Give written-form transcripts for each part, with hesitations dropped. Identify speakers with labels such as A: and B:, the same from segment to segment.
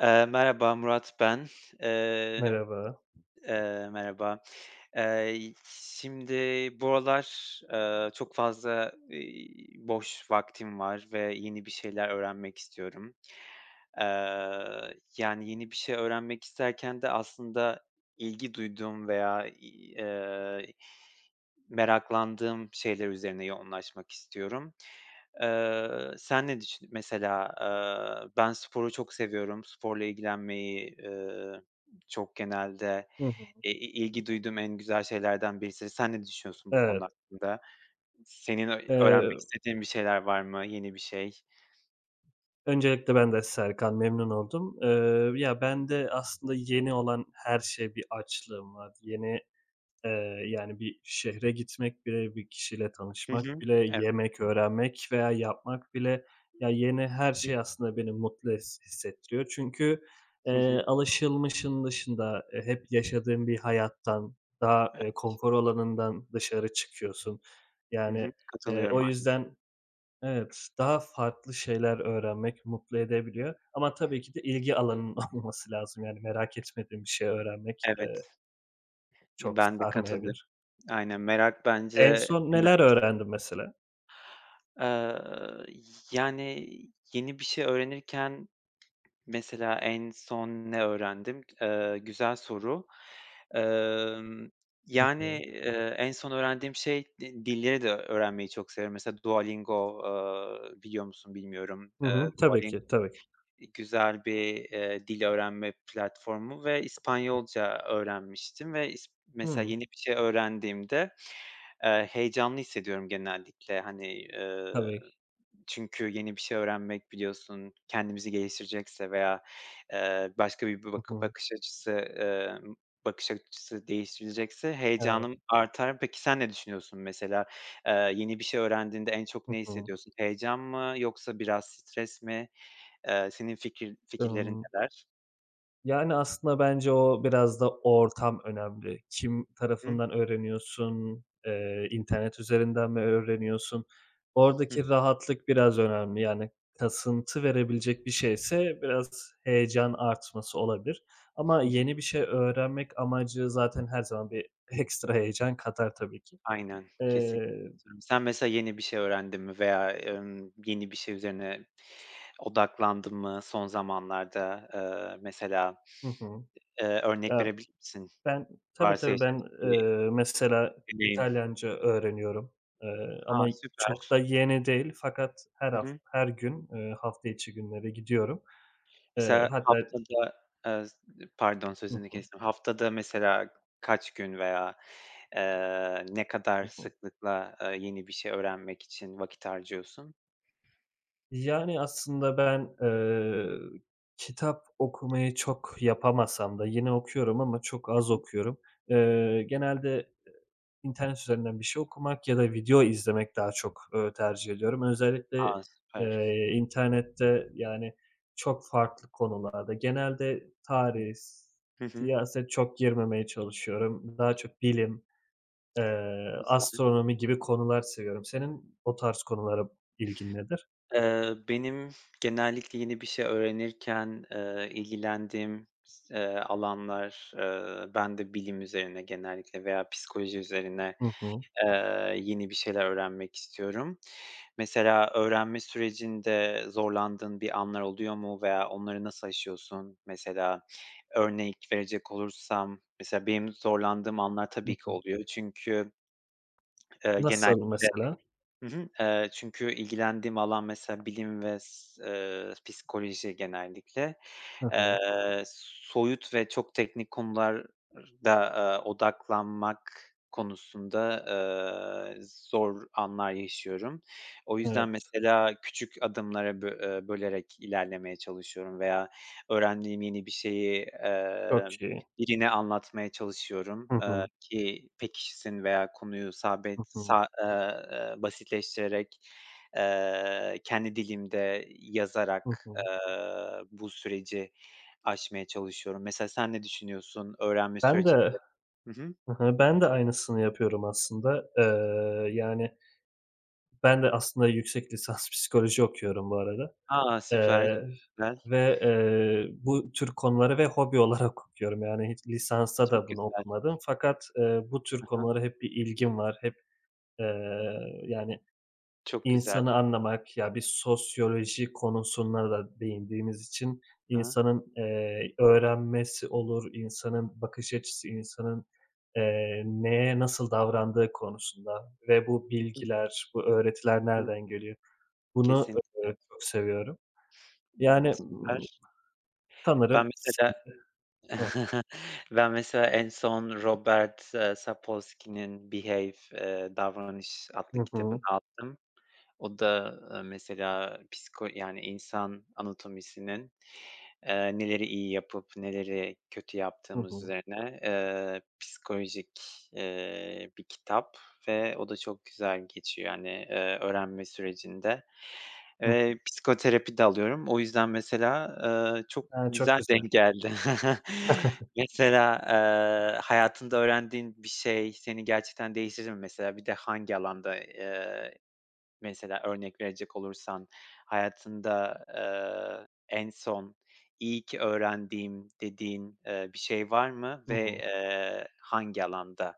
A: Merhaba Murat ben. Eee,
B: Merhaba.
A: Merhaba. Eee, şimdi bu aralar, çok fazla, boş vaktim var ve yeni bir şeyler öğrenmek istiyorum. Eee, yani yeni bir şey öğrenmek isterken de aslında ilgi duyduğum veya, eee, meraklandığım şeyler üzerine yoğunlaşmak istiyorum. Sen ne düşün mesela. Ben sporu çok seviyorum. Sporla ilgilenmeyi, çok genelde,
B: Hı hı.
A: i ilgi duyduğum en güzel şeylerden birisi. Sen ne düşünüyorsun bu konu
B: Evet.
A: hakkında? Senin öğrenmek
B: Eee,
A: istediğin bir şeyler var mı? Yeni bir şey?
B: Öncelikle ben de Serkan, memnun oldum. Ya, ben de aslında yeni olan her şeye bir açlığım var. Yeni, yani, bir şehre gitmek bile, bir kişiyle
A: Hı
B: tanışmak
A: hı.
B: bile,
A: Evet.
B: yemek öğrenmek veya yapmak bile, ya, yeni her şey aslında beni mutlu hissettiriyor. Çünkü,
A: Hı hı.
B: alışılmışın dışında, hep yaşadığın bir hayattan, daha,
A: Evet.
B: konfor alanından dışarı çıkıyorsun.
A: Hı
B: Yani,
A: hı. Katılıyorum
B: o
A: aynen.
B: yüzden, evet, daha farklı şeyler öğrenmek mutlu edebiliyor ama tabii ki de ilgi alanının olması lazım. Yani, merak etmediğim bir şey öğrenmek,
A: Evet. İii,
B: çok
A: ben de katılıyorum.
B: sarmayabilir.
A: Aynen, merak bence
B: En son
A: en
B: neler
A: önemlisi.
B: öğrendin mesela?
A: Eee, yani yeni bir şey öğrenirken mesela en son ne öğrendim? Güzel soru. Emm,
B: Hı
A: yani,
B: hı.
A: en son öğrendiğim şey dilleri de öğrenmeyi çok severim. Mesela Duolingo, biliyor musun bilmiyorum.
B: Hı hı.
A: Eee,
B: Tabii
A: Duolingo
B: ki, tabii ki.
A: güzel bir, dil öğrenme platformu ve İspanyolca öğrenmiştim ve mesela
B: Hımm.
A: yeni bir şey öğrendiğimde, heyecanlı hissediyorum genellikle. Hani,
B: Tabii ki.
A: çünkü yeni bir şey öğrenmek biliyorsun, kendimizi geliştirecekse veya, başka bir
B: Hı hı.
A: bakış açısı değiştirilecekse
B: Evet.
A: heyecanım artar. Peki sen ne düşünüyorsun mesela? Yeni bir şey öğrendiğinde en çok
B: Hı
A: ne
B: hı.
A: hissediyorsun? Heyecan mı yoksa biraz stres mi? Senin fikirlerin
B: Imm
A: neler?
B: Yani, aslında bence o biraz da ortam önemli. Kim
A: Hı hı.
B: tarafından öğreniyorsun? İnternet üzerinden mi öğreniyorsun? Oradaki rahatlık biraz önemli. Yani, kasıntı verebilecek bir şeyse biraz heyecan artması olabilir ama
A: Hı hı.
B: yeni bir şey öğrenmek amacı zaten her zaman bir ekstra heyecan katar tabii ki.
A: Aynen, kesinlikle
B: Eee
A: katılıyorum. Sen mesela yeni bir şey öğrendin mi veya, yeni bir şey üzerine odaklandın mı son zamanlarda? Mesela.
B: Hı hı.
A: Örnek
B: Ya,
A: verebilir misin?
B: Ben tabii,
A: Varsa
B: tabii
A: yaşadığın
B: ben,
A: bir
B: mesela
A: deneyim.
B: İtalyanca öğreniyorum, ama
A: A,
B: çok
A: süper.
B: da yeni değil fakat
A: Hı hı.
B: her gün, hafta içi günleri gidiyorum.
A: Mesela
B: Hatta.
A: haftada, s pardon
B: Hı
A: sözünü
B: hı,
A: kestim. Haftada mesela kaç gün veya, ne kadar
B: hı hı.
A: sıklıkla, yeni bir şey öğrenmek için vakit harcıyorsun?
B: Yani aslında ben, kitap okumayı çok yapamasam da yine okuyorum ama çok
A: Hı
B: az
A: hı.
B: okuyorum. Genelde İnternet üzerinden bir şey okumak ya da video izlemek daha çok, tercih ediyorum. Özellikle,
A: A, süper.
B: internette, yani, çok farklı konularda genelde tarih,
A: Hı hı.
B: siyaset çok girmemeye çalışıyorum. Daha çok bilim,
A: Güzel.
B: astronomi gibi konular seviyorum. Senin o tarz konulara ilgin nedir?
A: Benim genellikle yeni bir şey öğrenirken, ilgilendiğim s alanlar, ben de bilim üzerine genellikle veya psikoloji üzerine.
B: Hı hı.
A: Yeni bir şeyler öğrenmek istiyorum. Mesela öğrenme sürecinde zorlandığın bir anlar oluyor mu veya onları nasıl aşıyorsun? Mesela örnek verecek olursam, mesela benim zorlandığım anlar
B: Hı
A: tabii ki
B: hı.
A: oluyor. Çünkü,
B: Nasıl
A: genellikle.
B: mesela?
A: Hı hı. Çünkü ilgilendiğim alan mesela bilim ve s psikoloji genellikle.
B: Hı hı.
A: Eee, soyut ve çok teknik konularda, odaklanmak konusunda, eee, zor anlar yaşıyorum. O
B: Evet,
A: yüzden mesela küçük adımlara bö bölerek ilerlemeye çalışıyorum veya öğrendiğim yeni bir şeyi,
B: çok iyi.
A: birine anlatmaya çalışıyorum.
B: Hı
A: Eee
B: hı.
A: ki pek kişisin veya konuyu
B: Hı
A: sabit
B: hı.
A: sa basitleştirerek, kendi dilimde
B: Hı
A: yazarak,
B: hı.
A: bu süreci aşmaya çalışıyorum. Mesela sen ne düşünüyorsun öğrenme
B: Ben
A: sürecinde?
B: de
A: Hı hı.
B: Hı hı. Ben de aynısını yapıyorum aslında. Yani, ben de aslında yüksek lisans psikoloji okuyorum bu arada.
A: A! Süper.
B: Eee,
A: Güzel.
B: Ve, bu tür konuları ve hobi olarak okuyorum. Yani, hiç lisansta
A: Çok
B: da bunu
A: güzel.
B: okumadım fakat, bu tür
A: Hı hı.
B: konulara hep bir ilgim var. Hep, yani
A: Çok güzel.
B: İnsanı anlamak, ya, bir sosyoloji konusuna da değindiğimiz için
A: Hı hı.
B: insanın, öğrenmesi olur, insanın bakış açısı, insanın, neye nasıl davrandığı konusunda ve bu
A: Hı hı.
B: bilgiler, bu öğretiler nereden geliyor? Bunu,
A: Kesinlikle.
B: çok seviyorum. Yani,
A: Süper.
B: tanırım
A: Ben mesela
B: sanırım.
A: Ben mesela en son Robert, Sapolsky'nin "Behave", Davranış adlı
B: Hı
A: kitabını
B: hı,
A: aldım. O da, mesela yani insan anatomisinin, neleri iyi yapıp neleri kötü
B: hı
A: yaptığımız
B: hı,
A: üzerine, psikolojik, bir kitap ve o da çok güzel geçiyor. Yani, öğrenme sürecinde.
B: hı hı.
A: Psikoterapi de alıyorum. O yüzden mesela, çok
B: Çok
A: güzel
B: güzel.
A: denk geldi. Mesela, hayatında öğrendiğin bir şey seni gerçekten değiştirdi mi mesela? Bir de hangi alanda, mesela örnek verecek olursan hayatında, en son "İyi ki öğrendiğim" dediğin, bir şey var mı
B: Hı
A: ve,
B: hı.
A: hangi alanda?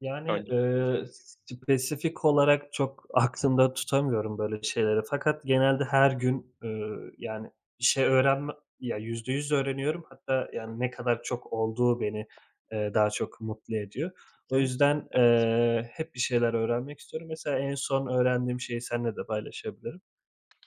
B: Yani,
A: Örnek.
B: spesifik olarak çok aklımda tutamıyorum böyle şeyleri fakat genelde her gün, yani, bir şey öğrenme ya, %100 öğreniyorum. Hatta, yani, ne kadar çok olduğu beni, daha çok mutlu ediyor. O
A: Hı hı.
B: yüzden, hep bir şeyler öğrenmek istiyorum. Mesela en son öğrendiğim şeyi seninle de paylaşabilirim.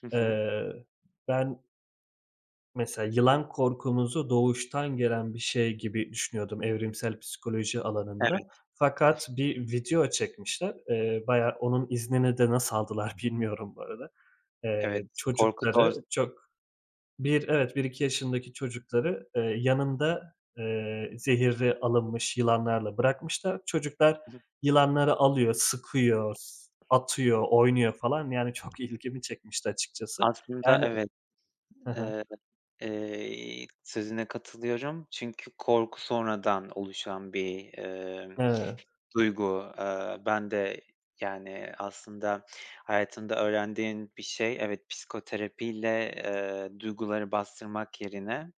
A: Hı hı.
B: Eee, ben Mesela yılan korkumuzu doğuştan gelen bir şey gibi düşünüyordum evrimsel psikoloji alanında.
A: Evet,
B: Fakat bir video çekmişler. Bayağı onun iznini de nasıl aldılar bilmiyorum bu arada.
A: evet. Korku
B: Çocukları
A: doz.
B: çok bir evet, bir iki yaşındaki çocukları, yanında, zehirli alınmış yılanlarla bırakmışlar. Çocuklar
A: Hı hı.
B: yılanları alıyor, sıkıyor, atıyor, oynuyor falan. Yani çok ilgimi çekmişti açıkçası.
A: Aslında
B: Yani.
A: evet.
B: Hı hı.
A: Eee sözüne katılıyorum çünkü korku sonradan oluşan bir,
B: Evet.
A: duygu. Ben de, yani, aslında hayatımda öğrendiğim bir şey, evet, psikoterapiyle, duyguları bastırmak yerine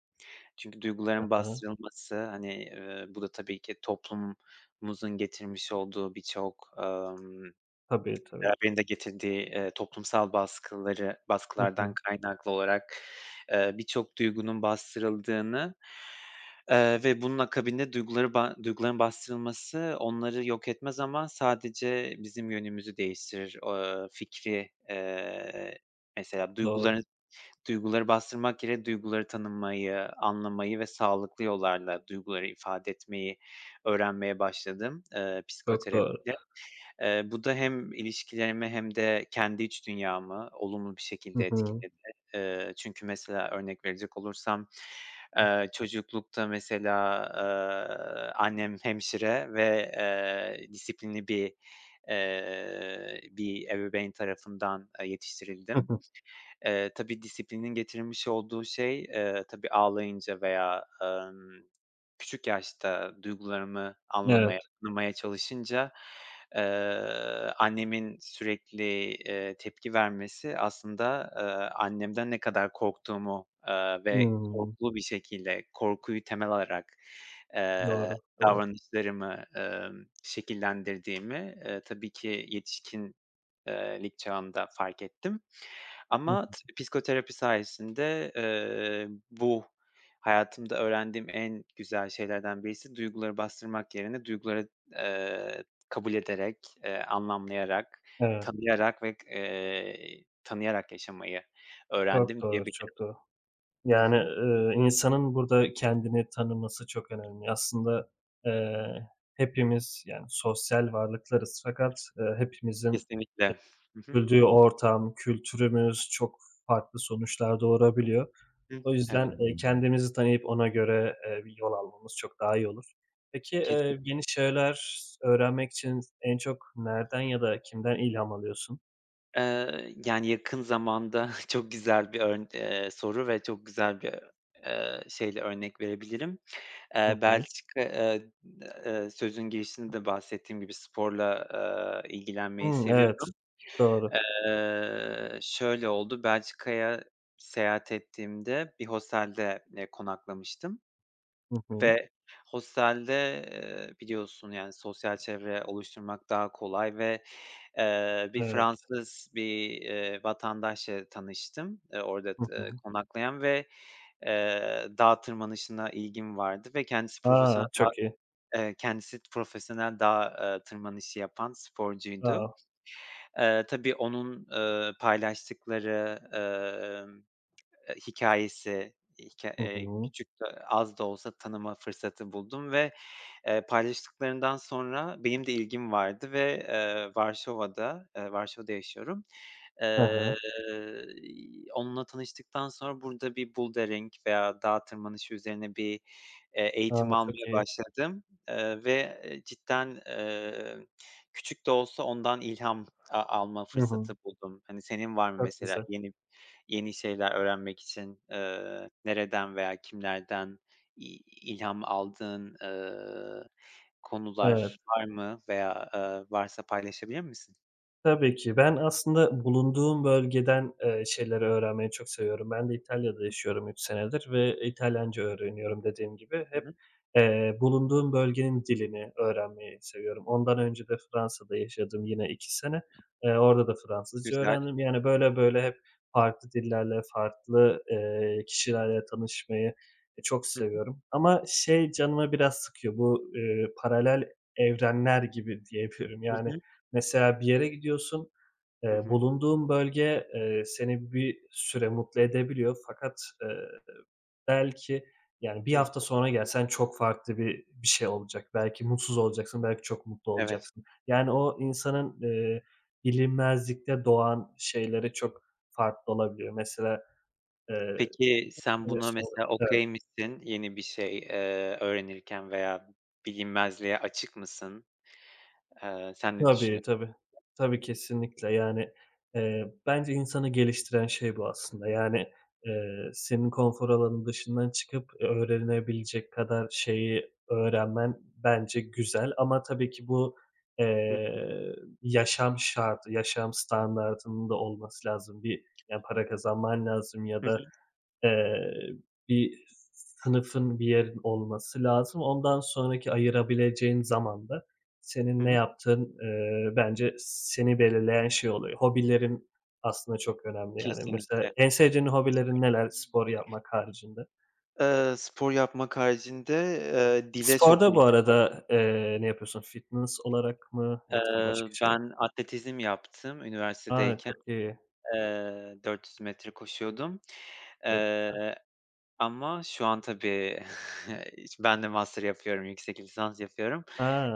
A: çünkü duyguların
B: Hı
A: bastırılması, hani, bu da tabii ki toplumumuzun getirmiş olduğu birçok
B: Tabii, tabii.
A: Beraberinde getirdiği, toplumsal baskıları
B: Hı
A: baskılardan
B: hı.
A: kaynaklı olarak, birçok duygunun bastırıldığını, ve bunun akabinde duyguların bastırılması onları yok etmez ama sadece bizim yönümüzü değiştirir, fikri. Mesela
B: Doğru,
A: duyguları bastırmak yerine duyguları tanımayı, anlamayı ve sağlıklı yollarla duyguları ifade etmeyi öğrenmeye başladım,
B: çok
A: psikoterapi.
B: doğru.
A: Bu da hem ilişkilerimi hem de kendi iç dünyamı olumlu bir
B: Hı
A: şekilde
B: hı.
A: etkiledi. Çünkü mesela örnek verecek olursam, çocuklukta mesela, annem hemşire ve, disiplinli bir, bir ebeveyn tarafından,
B: Hı
A: yetiştirildim.
B: hı.
A: Tabii disiplinin getirmiş olduğu şey, tabii ağlayınca veya, küçük yaşta duygularımı anlamaya,
B: Evet.
A: anlamaya çalışınca, eee, annemin sürekli, tepki vermesi aslında, annemden ne kadar korktuğumu, ve
B: Hımm.
A: korkulu bir şekilde korkuyu temel alarak, eee,
B: Doğru, doğru.
A: davranışlarımı, şekillendirdiğimi, tabii ki yetişkin lik çağımda fark ettim.
B: Hı
A: Ama
B: hı.
A: psikoterapi sayesinde, bu hayatımda öğrendiğim en güzel şeylerden birisi duyguları bastırmak yerine duyguları, kabul ederek, anlamlayarak,
B: Evet,
A: tanıyarak yaşamayı
B: çok
A: öğrendim
B: doğru, çok
A: diyebilirim.
B: doğru.
A: Hı
B: Yani,
A: hı.
B: insanın burada kendini tanıması çok önemli. Aslında, eee, hepimiz, yani, sosyal varlıklarız fakat, hepimizin
A: Kesinlikle. Hı hı.
B: küçüldüğü ortam, kültürümüz çok farklı sonuçlar doğurabiliyor.
A: Hı.
B: O yüzden,
A: Evet,
B: kendimizi tanıyıp ona göre, bir yol almamız çok daha iyi olur. Peki,
A: kesin.
B: yeni şeyler öğrenmek için en çok nereden ya da kimden ilham alıyorsun?
A: Yani, yakın zamanda çok güzel bir örn soru ve çok güzel bir, şeyle örnek verebilirim.
B: Hı
A: Eee,
B: hı.
A: Belçika, eee, sözün girişinde de bahsettiğim gibi sporla, ilgilenmeyi
B: Hımm, evet,
A: seviyorum.
B: doğru.
A: Şöyle oldu, Belçika'ya seyahat ettiğimde bir hostelde, konaklamıştım
B: Hı hı.
A: ve hostelde, biliyorsun, yani, sosyal çevre oluşturmak daha kolay ve, bir
B: Evet.
A: Fransız bir, vatandaşla tanıştım, orada
B: Hı
A: t
B: hı.
A: konaklayan ve, dağ tırmanışına ilgim vardı ve kendisi profesyonel
B: A!
A: dağ
B: Çok iyi.
A: Eee, kendisi profesyonel dağ, tırmanışı yapan sporcuydu.
B: Wow.
A: Tabii onun, paylaştıkları, hikâyesi, hikâ
B: Hı hı.
A: küçük de az da olsa tanıma fırsatı buldum ve, paylaştıklarından sonra benim de ilgim vardı ve, Varşova'da, Varşova'da yaşıyorum.
B: Hı hı.
A: Eee, onunla tanıştıktan sonra burada bir bouldering veya dağ tırmanışı üzerine bir, eğitim
B: A! Çok
A: almaya
B: iyi.
A: başladım, ve, cidden, küçük de olsa ondan ilham a alma
B: Hı hı.
A: fırsatı buldum. Hani, senin var mı
B: Çok
A: mesela
B: güzel.
A: yeni şeyler öğrenmek için, nereden veya kimlerden i ilham aldığın,
B: Evet.
A: konular var mı veya, varsa paylaşabilir misin?
B: Tabii ki. Ben aslında bulunduğum bölgeden, şeyleri öğrenmeyi çok seviyorum. Ben de İtalya'da yaşıyorum 3 senedir ve İtalyanca öğreniyorum dediğim gibi.
A: Hı
B: Hep,
A: hı.
B: bulunduğum bölgenin dilini öğrenmeyi seviyorum. Ondan önce de Fransa'da yaşadım yine 2 sene. Orada da Fransızca
A: Güzel.
B: öğrendim. Yani, böyle böyle hep farklı dillerle, farklı, kişilerle tanışmayı, çok
A: Hı hı.
B: seviyorum. Ama şey canımı biraz sıkıyor, bu, paralel evrenler gibi diyebilirim.
A: Hı
B: Yani,
A: hı.
B: mesela bir yere gidiyorsun,
A: Hı hı.
B: bulunduğun bölge, seni bir süre mutlu edebiliyor fakat, belki, yani, bir
A: Hıh.
B: hafta sonra gelsen çok farklı bir şey olacak. Belki mutsuz olacaksın, belki çok mutlu
A: Evet.
B: olacaksın. Yani, o insanın, bilinmezlikte doğan şeyleri çok farklı olabiliyor. Mesela, eee,
A: Peki
B: bir
A: sen
B: sene
A: buna
B: sonra.
A: mesela
B: Evet.
A: okay misin? Yeni bir şey, öğrenirken veya bilinmezliğe açık mısın? Sen ne
B: Tabii,
A: düşünüyorsun?
B: tabii. Tabii, kesinlikle. Yani, bence insanı geliştiren şey bu aslında. Yani, senin konfor alanının dışından çıkıp öğrenebilecek kadar şeyi öğrenmen bence güzel ama tabii ki bu,
A: Hı.
B: eee, yaşam şartı, yaşam standardının da olması lazım. Bir, yani, para kazanman lazım ya
A: Hı
B: da
A: hı.
B: Eee, bir sınıfın, bir yerin olması lazım. Ondan sonraki ayırabileceğin zaman da senin ne
A: Hı.
B: yaptığın, bence seni belirleyen şey oluyor. Hobilerin aslında çok önemli. Yani, mesela
A: Kesinlikle.
B: en sevdiğin hobilerin neler spor yapmak haricinde?
A: Spor yapmak haricinde, dile çok
B: Sporda bu
A: ilgim var.
B: arada, ne yapıyorsun? Fitness olarak mı yoksa
A: Eee,
B: başka şeyler?
A: ben atletizm yaptım
B: A,
A: üniversitedeyken.
B: çok iyi.
A: 400 metre koşuyordum.
B: Çok güzel.
A: Eee Ama şu an tabii ben de master yapıyorum, yüksek lisans yapıyorum.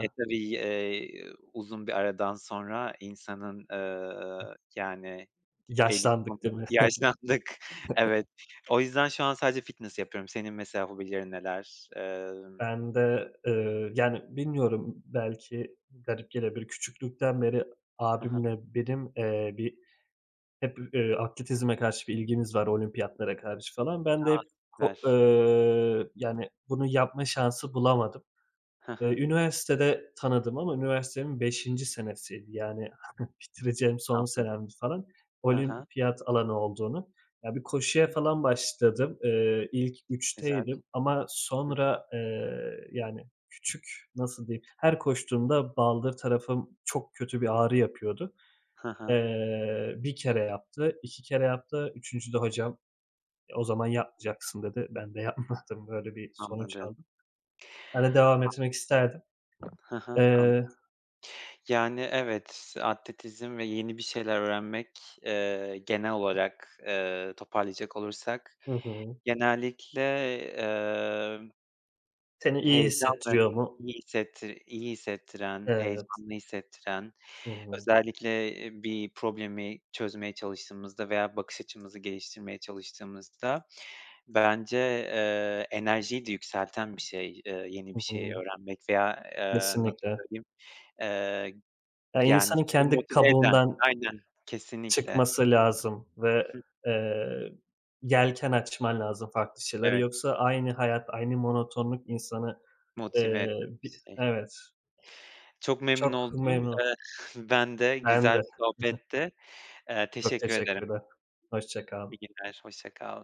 A: E, tabii, uzun bir aradan sonra insanın, yani belli bir
B: yaşlandık
A: konuda
B: değil mi?
A: yaşlandık. Evet. O yüzden şu an sadece fitness yapıyorum. Senin mesela hobilerin neler?
B: Ben de, yani, bilmiyorum, belki garip gelebilir. Küçüklükten beri
A: Hı hı.
B: abimle benim, bir hep, atletizme karşı bir ilgimiz var, olimpiyatlara karşı falan. Ben de
A: A!
B: hep ko
A: Süper.
B: yani, bunu yapma şansı bulamadım.
A: Hı hı.
B: Üniversitede tanıdım ama üniversitemin beşinci senesiydi. Yani bitireceğim son
A: Anladım.
B: senemdi falan.
A: Hı hı.
B: Olimpiyat alanı olduğunu. Ya, bir koşuya
A: Hı.
B: falan başladım. İlk
A: Güzel.
B: üçteydim ama
A: Hı hı.
B: sonra, yani küçük, nasıl diyeyim, her koştuğumda baldır tarafım çok kötü bir ağrı yapıyordu.
A: Hı hı.
B: 1 kere yaptı, 2 kere yaptı, üçüncüde hocam, "E, o zaman yapmayacaksın." dedi. Ben de yapmadım. Böyle bir sonuç
A: Anladım.
B: aldım. Ben de devam etmek isterdim.
A: Hı hı.
B: Eee
A: Yani, evet, atletizm ve yeni bir şeyler öğrenmek, genel olarak, toparlayacak olursak
B: Hı hı.
A: genellikle, eee,
B: Seni iyi
A: heyecanlı,
B: hissettiriyor mu?
A: iyi hissettiren,
B: Evet.
A: heyecanlı hissettiren,
B: Hı hı.
A: özellikle, bir problemi çözmeye çalıştığımızda veya bakış açımızı geliştirmeye çalıştığımızda bence, enerjiyi de yükselten bir şey, yeni
B: Hı
A: bir şey
B: hı.
A: öğrenmek veya, nasıl
B: Kesinlikle.
A: söyleyeyim, eee
B: Ya,
A: yani,
B: insanın
A: seni
B: kendi
A: motive eden,
B: kabuğundan
A: aynen, kesinlikle.
B: çıkması lazım ve, eee, yelken açman lazım farklı şeylere.
A: Evet,
B: Yoksa aynı hayat, aynı monotonluk insanı,
A: motive eden bir
B: bi
A: şey.
B: evet.
A: Çok memnun
B: Çok
A: oldum.
B: memnun.
A: Ben de
B: Ben
A: güzel
B: de.
A: bir sohbetti. Eee,
B: Çok
A: teşekkür ederim.
B: teşekkürler. Hoşça kal.
A: İyi günler, hoşça kal.